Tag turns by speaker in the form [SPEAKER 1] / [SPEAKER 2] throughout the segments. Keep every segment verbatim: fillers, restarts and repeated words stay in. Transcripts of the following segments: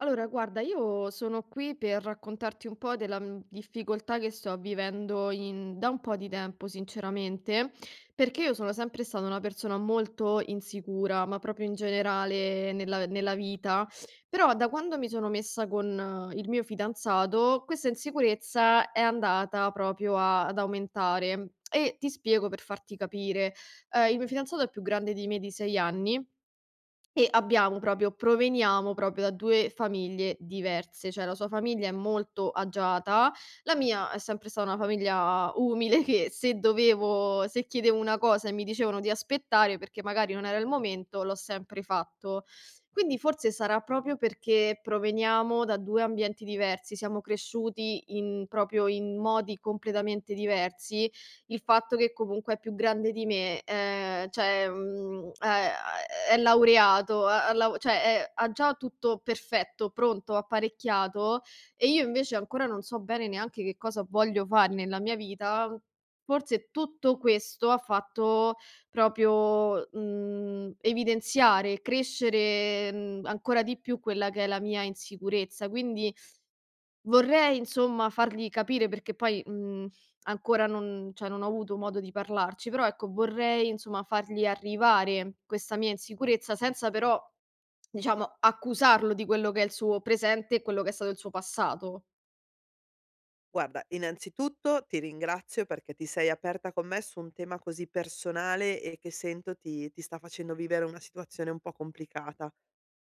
[SPEAKER 1] Allora, guarda, io sono qui per raccontarti un po' della m- difficoltà che sto vivendo in- da un po' di tempo, sinceramente, perché io sono sempre stata una persona molto insicura, ma proprio in generale nella, nella vita. Però da quando mi sono messa con eh, il mio fidanzato, questa insicurezza è andata proprio a- ad aumentare. E ti spiego per farti capire. Eh, il mio fidanzato è più grande di me di sei anni. E abbiamo proprio proveniamo proprio da due famiglie diverse, cioè la sua famiglia è molto agiata, la mia è sempre stata una famiglia umile che se dovevo se chiedevo una cosa e mi dicevano di aspettare perché magari non era il momento, l'ho sempre fatto. Quindi forse sarà proprio perché proveniamo da due ambienti diversi, siamo cresciuti in proprio in modi completamente diversi, il fatto che comunque è più grande di me, ehm, cioè, mhmm, è è laureato, ha ha lav cioè, è ha già tutto perfetto, pronto, apparecchiato, e io invece ancora non so bene neanche che cosa voglio fare nella mia vita. Forse tutto questo ha fatto proprio, mhmm, evidenziare, crescere, mhmm, ancora di più quella che è la mia insicurezza. Quindi vorrei insomma fargli capire perché poi, mhmm, ancora non cioè non ho avuto modo di parlarci, però ecco vorrei insomma fargli arrivare questa mia insicurezza senza però, diciamo, accusarlo di quello che è il suo presente e quello che è stato il suo passato.
[SPEAKER 2] Guarda, innanzitutto ti ringrazio perché ti sei aperta con me su un tema così personale e che sento ti, ti sta facendo vivere una situazione un po' complicata.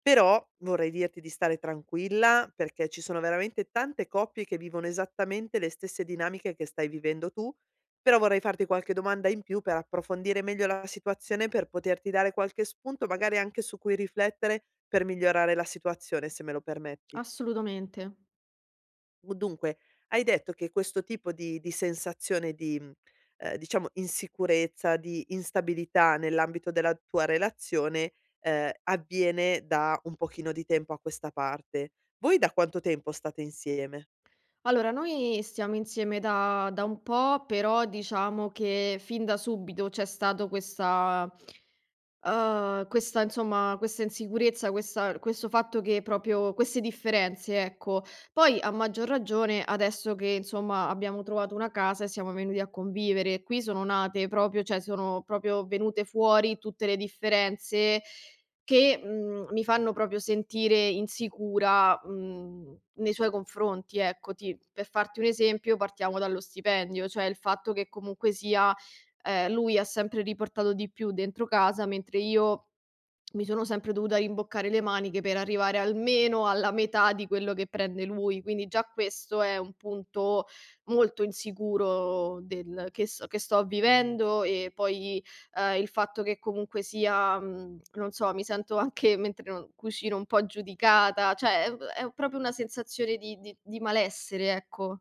[SPEAKER 2] Però vorrei dirti di stare tranquilla perché ci sono veramente tante coppie che vivono esattamente le stesse dinamiche che stai vivendo tu, però vorrei farti qualche domanda in più per approfondire meglio la situazione, per poterti dare qualche spunto, magari anche su cui riflettere per migliorare la situazione, se me lo permetti.
[SPEAKER 1] Assolutamente.
[SPEAKER 2] U dunque, hai detto che questo tipo di di sensazione di, mhmm, ehm, diciamo insicurezza, di instabilità nell'ambito della tua relazione, ehm, avviene da un pochino di tempo a questa parte. Voi da quanto tempo state insieme?
[SPEAKER 1] Allora, noi stiamo insieme da da un po', però diciamo che fin da subito c'è stato questa, Uhm, questa insomma, questa insicurezza, questa questo fatto che proprio queste differenze, ecco. Poi a maggior ragione adesso che insomma abbiamo trovato una casa e siamo venuti a convivere. Qui sono nate proprio cioè sono proprio venute fuori tutte le differenze che, mhmm, mi fanno proprio sentire insicura, mhmm, nei suoi confronti, ecco. Ti Per farti un esempio partiamo dallo stipendio, cioè il fatto che comunque sia, ehm, lui ha sempre riportato di più dentro casa, mentre io mi sono sempre dovuta rimboccare le maniche per arrivare almeno alla metà di quello che prende lui. Quindi già questo è un punto molto insicuro del che s che sto vivendo. E poi, ehm, il fatto che comunque sia, mhmm, non so, mi sento anche mentre non cucino un po' giudicata, cioè è v è proprio una sensazione di di di malessere, ecco.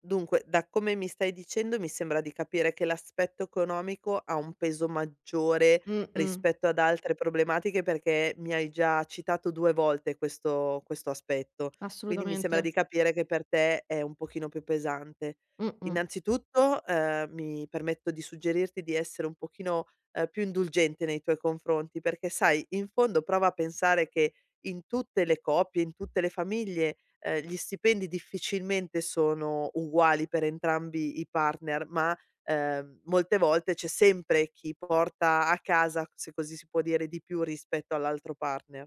[SPEAKER 2] Dunque, da come mi stai dicendo, mi sembra di capire che l'aspetto economico ha un peso maggiore
[SPEAKER 1] Mh-mh,
[SPEAKER 2] rispetto ad altre problematiche, perché mi hai già citato due volte questo questo aspetto. Quindi mi sembra
[SPEAKER 1] assolutamente.
[SPEAKER 2] di capire che per te è un pochino più pesante.
[SPEAKER 1] Mh-mh.
[SPEAKER 2] Innanzitutto, ehm, mi permetto di suggerirti di essere un pochino, ehm, più indulgente nei tuoi confronti, perché sai, in fondo prova a pensare che in tutte le coppie, in tutte le famiglie, ehm, gli stipendi difficilmente sono uguali per entrambi i partner, ma, ehm, molte volte c'è sempre chi porta a casa, se così si può dire, di più rispetto all'altro partner.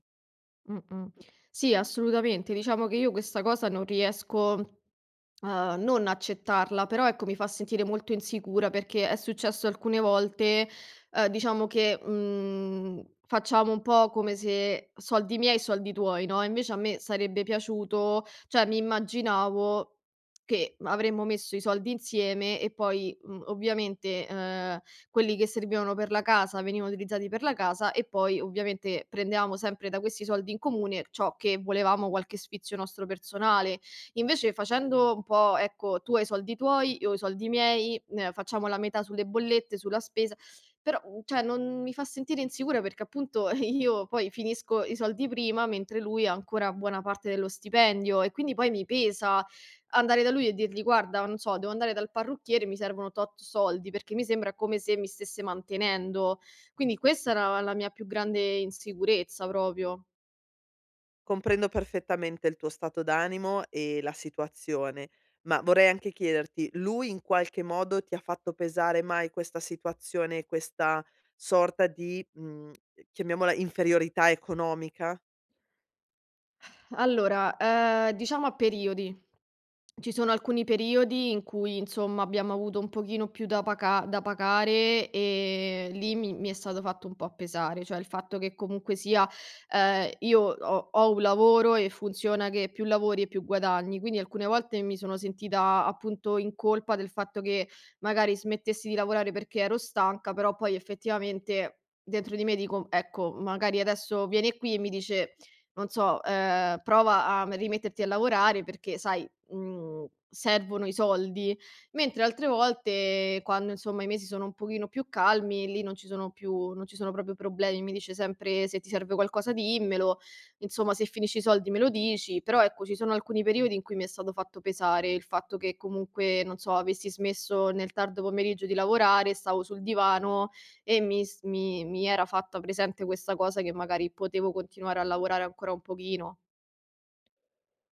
[SPEAKER 1] Mh-mh. Sì, assolutamente. Diciamo che io questa cosa non riesco, uhm, non accettarla, però ecco mi fa sentire molto insicura perché è successo alcune volte, uhm, diciamo che, mhmm, facciamo un po' come se soldi miei, soldi tuoi, no, invece a me sarebbe piaciuto cioè mi immaginavo che avremmo messo i soldi insieme e poi, mhmm, ovviamente, uhm quelli che servivano per la casa venivano utilizzati per la casa e poi ovviamente prendevamo sempre da questi soldi in comune ciò che volevamo, qualche sfizio nostro personale. Invece facendo un po', ecco, tu hai i soldi tuoi, io ho i soldi miei, ehm, facciamo la metà sulle bollette, sulla spesa, però, mhmm, cioè non mi fa sentire insicura perché appunto io poi finisco i soldi prima, mentre lui ha ancora buona parte dello stipendio e quindi poi mi pesa andare da lui e dirgli: "Guarda, non so, devo andare dal parrucchiere, mi servono tot soldi", perché mi sembra come se mi stesse mantenendo. Quindi questa era la mia più grande insicurezza proprio.
[SPEAKER 2] Comprendo perfettamente il tuo stato d'animo e la situazione, ma vorrei anche chiederti: lui in qualche modo ti ha fatto pesare mai questa situazione, questa sorta di, mhmm, chiamiamola inferiorità economica?
[SPEAKER 1] Allora, ehm, diciamo a periodi. Ci sono alcuni periodi in cui, insomma, abbiamo avuto un pochino più da paca da pagare e lì mi mi è stato fatto un po' pesare, cioè il fatto che comunque sia, ehm, io ho ho un lavoro e funziona che più lavori e più guadagni, quindi alcune volte mi sono sentita appunto in colpa del fatto che magari smettessi di lavorare perché ero stanca, però poi effettivamente dentro di me dico: "Ecco, magari adesso viene qui e mi dice, non so, ehm: "Prova a m rimetterti a lavorare perché sai, mhmm, servono i soldi", mentre altre volte quando insomma i mesi sono un pochino più calmi, lì non ci sono più non ci sono proprio problemi. Mi dice sempre: "Se ti serve qualcosa dimmelo, insomma se finisci i soldi me lo dici". Però ecco, ci sono alcuni periodi in cui mi è stato fatto pesare il fatto che comunque, non so, avessi smesso nel tardo pomeriggio di lavorare, stavo sul divano e mi s mi mi era fatta presente questa cosa che magari potevo continuare a lavorare ancora un pochino.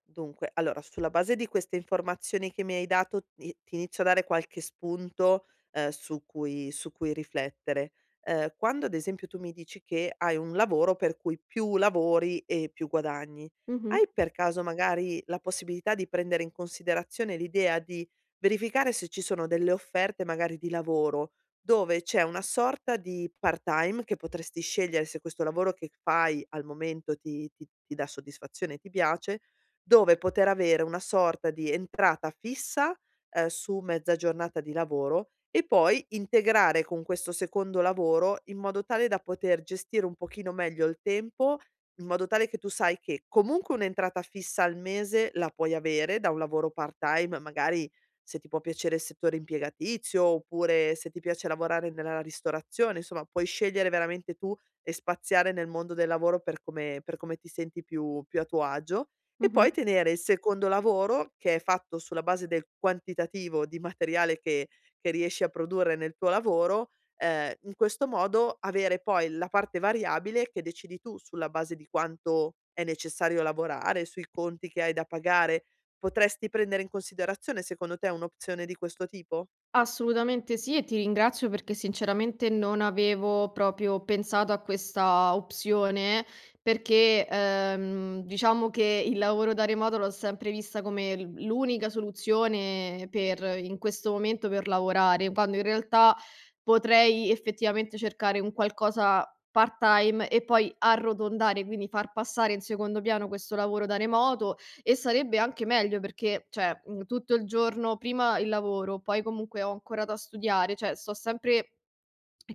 [SPEAKER 2] Dunque, allora sulla base di queste informazioni che mi hai dato i ti inizio a dare qualche spunto, ehm, su cui su cui riflettere. Ehm, quando ad esempio tu mi dici che hai un lavoro per cui più lavori e più guadagni,
[SPEAKER 1] Mh-mh,
[SPEAKER 2] hai per caso magari la possibilità di prendere in considerazione l'idea di verificare se ci sono delle offerte magari di lavoro, dove c'è una sorta di part-time che potresti scegliere se questo lavoro che fai al momento ti ti ti dà soddisfazione e ti piace, dove poter avere una sorta di entrata fissa, ehm, su mezza giornata di lavoro e poi integrare con questo secondo lavoro in modo tale da poter gestire un pochino meglio il tempo, in modo tale che tu sai che comunque un'entrata fissa al mese la puoi avere da un lavoro part-time, magari se ti può piacere il settore impiegatizio, oppure se ti piace lavorare nella ristorazione, insomma puoi scegliere veramente tu e spaziare nel mondo del lavoro per come per come ti senti più più a tuo agio. E
[SPEAKER 1] mh-mh.
[SPEAKER 2] poi tenere il secondo lavoro, che è fatto sulla base del quantitativo di materiale che che riesci a produrre nel tuo lavoro, ehm, in questo modo avere poi la parte variabile che decidi tu sulla base di quanto è necessario lavorare, sui conti che hai da pagare. Potresti prendere in considerazione, secondo te, un'opzione di questo tipo?
[SPEAKER 1] Assolutamente sì, e ti ringrazio perché sinceramente non avevo proprio pensato a questa opzione, perché, ehm, diciamo che il lavoro da remoto l'ho sempre vista come l l'unica soluzione per in questo momento per lavorare, quando in realtà potrei effettivamente cercare un qualcosa part-time e poi arrotondare, quindi far passare in secondo piano questo lavoro da remoto. E sarebbe anche meglio perché, cioè, mhmm, tutto il giorno prima il lavoro, poi comunque ho ancora da studiare, cioè sto sempre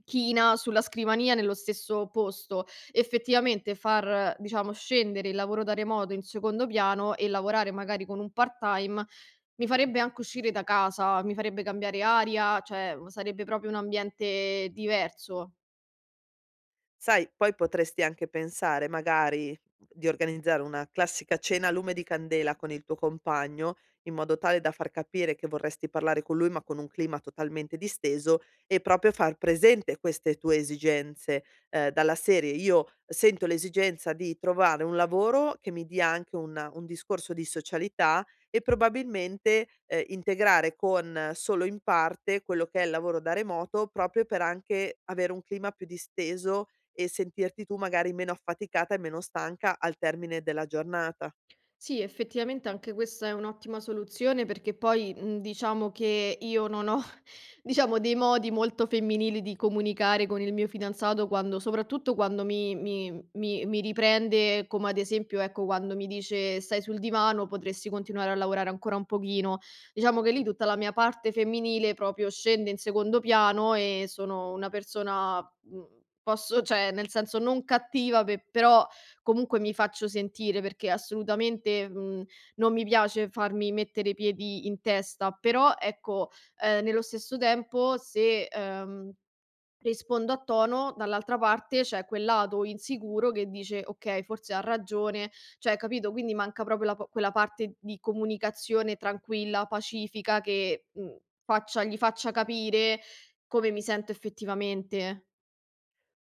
[SPEAKER 1] china sulla scrivania nello stesso posto. Effettivamente far, diciamo, scendere il lavoro da remoto in secondo piano e lavorare magari con un part-time mi farebbe anche uscire da casa, mi farebbe cambiare aria, cioè sarebbe proprio un ambiente diverso.
[SPEAKER 2] Sai, poi potresti anche pensare magari mhmm, di organizzare una classica cena a lume di candela con il tuo compagno, in modo tale da far capire che vorresti parlare con lui, ma con un clima totalmente disteso e proprio far presente queste tue esigenze, ehm, dalla serie: "Io sento l'esigenza di trovare un lavoro che mi dia anche un un discorso di socialità e probabilmente, ehm, integrare con eh, solo in parte quello che è il lavoro da remoto, proprio per anche avere un clima più disteso e sentirti tu magari meno affaticata e meno stanca al termine della giornata.
[SPEAKER 1] Sì, effettivamente anche questa è un'ottima soluzione perché poi, mhmm, diciamo che io non ho, diciamo, dei modi molto femminili di comunicare con il mio fidanzato quando, soprattutto quando mi mi mi mi riprende, come ad esempio, ecco, quando mi dice: "Stai sul divano, potresti continuare a lavorare ancora un pochino". Diciamo che lì tutta la mia parte femminile proprio scende in secondo piano e sono una persona, mhmm, posso cioè nel senso non cattiva pe però comunque mi faccio sentire perché assolutamente, mhmm, non mi piace farmi mettere i piedi in testa, però ecco, ehm, nello stesso tempo se, ehm, rispondo a tono, dall'altra parte c'è quel lato insicuro che dice: "Okay, forse ha ragione", cioè capito, quindi manca proprio la p quella parte di comunicazione tranquilla, pacifica che, mhmm, faccia gli faccia capire come mi sento effettivamente.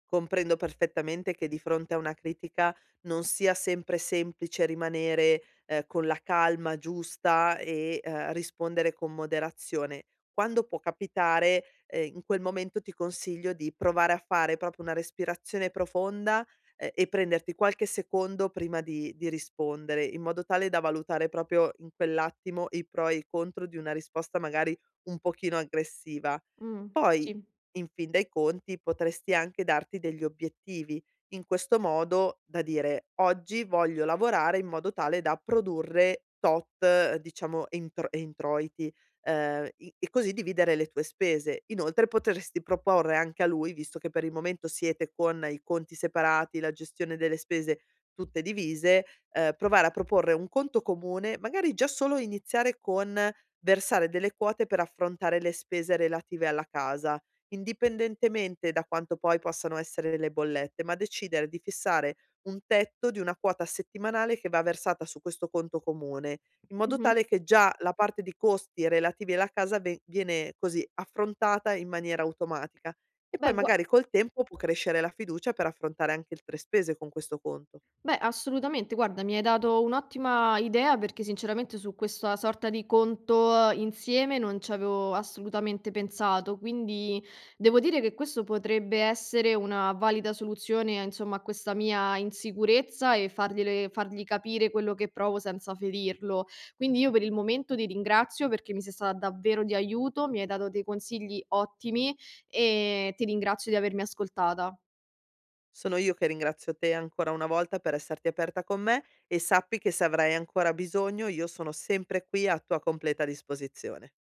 [SPEAKER 2] Comprendo perfettamente che di fronte a una critica non sia sempre semplice rimanere, ehm, con la calma giusta e, ehm, rispondere con moderazione. Quando può capitare, ehm, in quel momento ti consiglio di provare a fare proprio una respirazione profonda, ehm, e prenderti qualche secondo prima di di rispondere, in modo tale da valutare proprio in quell'attimo i pro e i contro di una risposta magari un pochino aggressiva.
[SPEAKER 1] Mh,
[SPEAKER 2] Poi,
[SPEAKER 1] sì.
[SPEAKER 2] in fin dei conti, potresti anche darti degli obiettivi, in questo modo da dire: "Oggi voglio lavorare in modo tale da produrre tot", eh, diciamo, entro introiti, ehm, i e così dividere le tue spese. Inoltre potresti proporre anche a lui, visto che per il momento siete con i conti separati, la gestione delle spese tutte divise, ehm, provare a proporre un conto comune, magari già solo iniziare con versare delle quote per affrontare le spese relative alla casa, indipendentemente da quanto poi possano essere le bollette, ma decidere di fissare un tetto di una quota settimanale che va versata su questo conto comune, in modo
[SPEAKER 1] Mh-mh.
[SPEAKER 2] tale che già la parte di costi relativi alla casa ve viene così affrontata in maniera automatica e poi
[SPEAKER 1] Beh gua
[SPEAKER 2] magari col tempo può crescere la fiducia per affrontare anche altre spese con questo conto.
[SPEAKER 1] Beh, assolutamente. Guarda, mi hai dato un'ottima idea perché sinceramente su questa sorta di conto eh, insieme non ci avevo assolutamente pensato, quindi devo dire che questo potrebbe essere una valida soluzione, insomma, a questa mia insicurezza e fargliele- fargli capire quello che provo senza ferirlo. Quindi io per il momento ti ringrazio perché mi sei stata davvero di aiuto, mi hai dato dei consigli ottimi e ti ringrazio di avermi ascoltata.
[SPEAKER 2] Sono io che ringrazio te ancora una volta per esserti aperta con me e sappi che se avrai ancora bisogno io sono sempre qui a tua completa disposizione.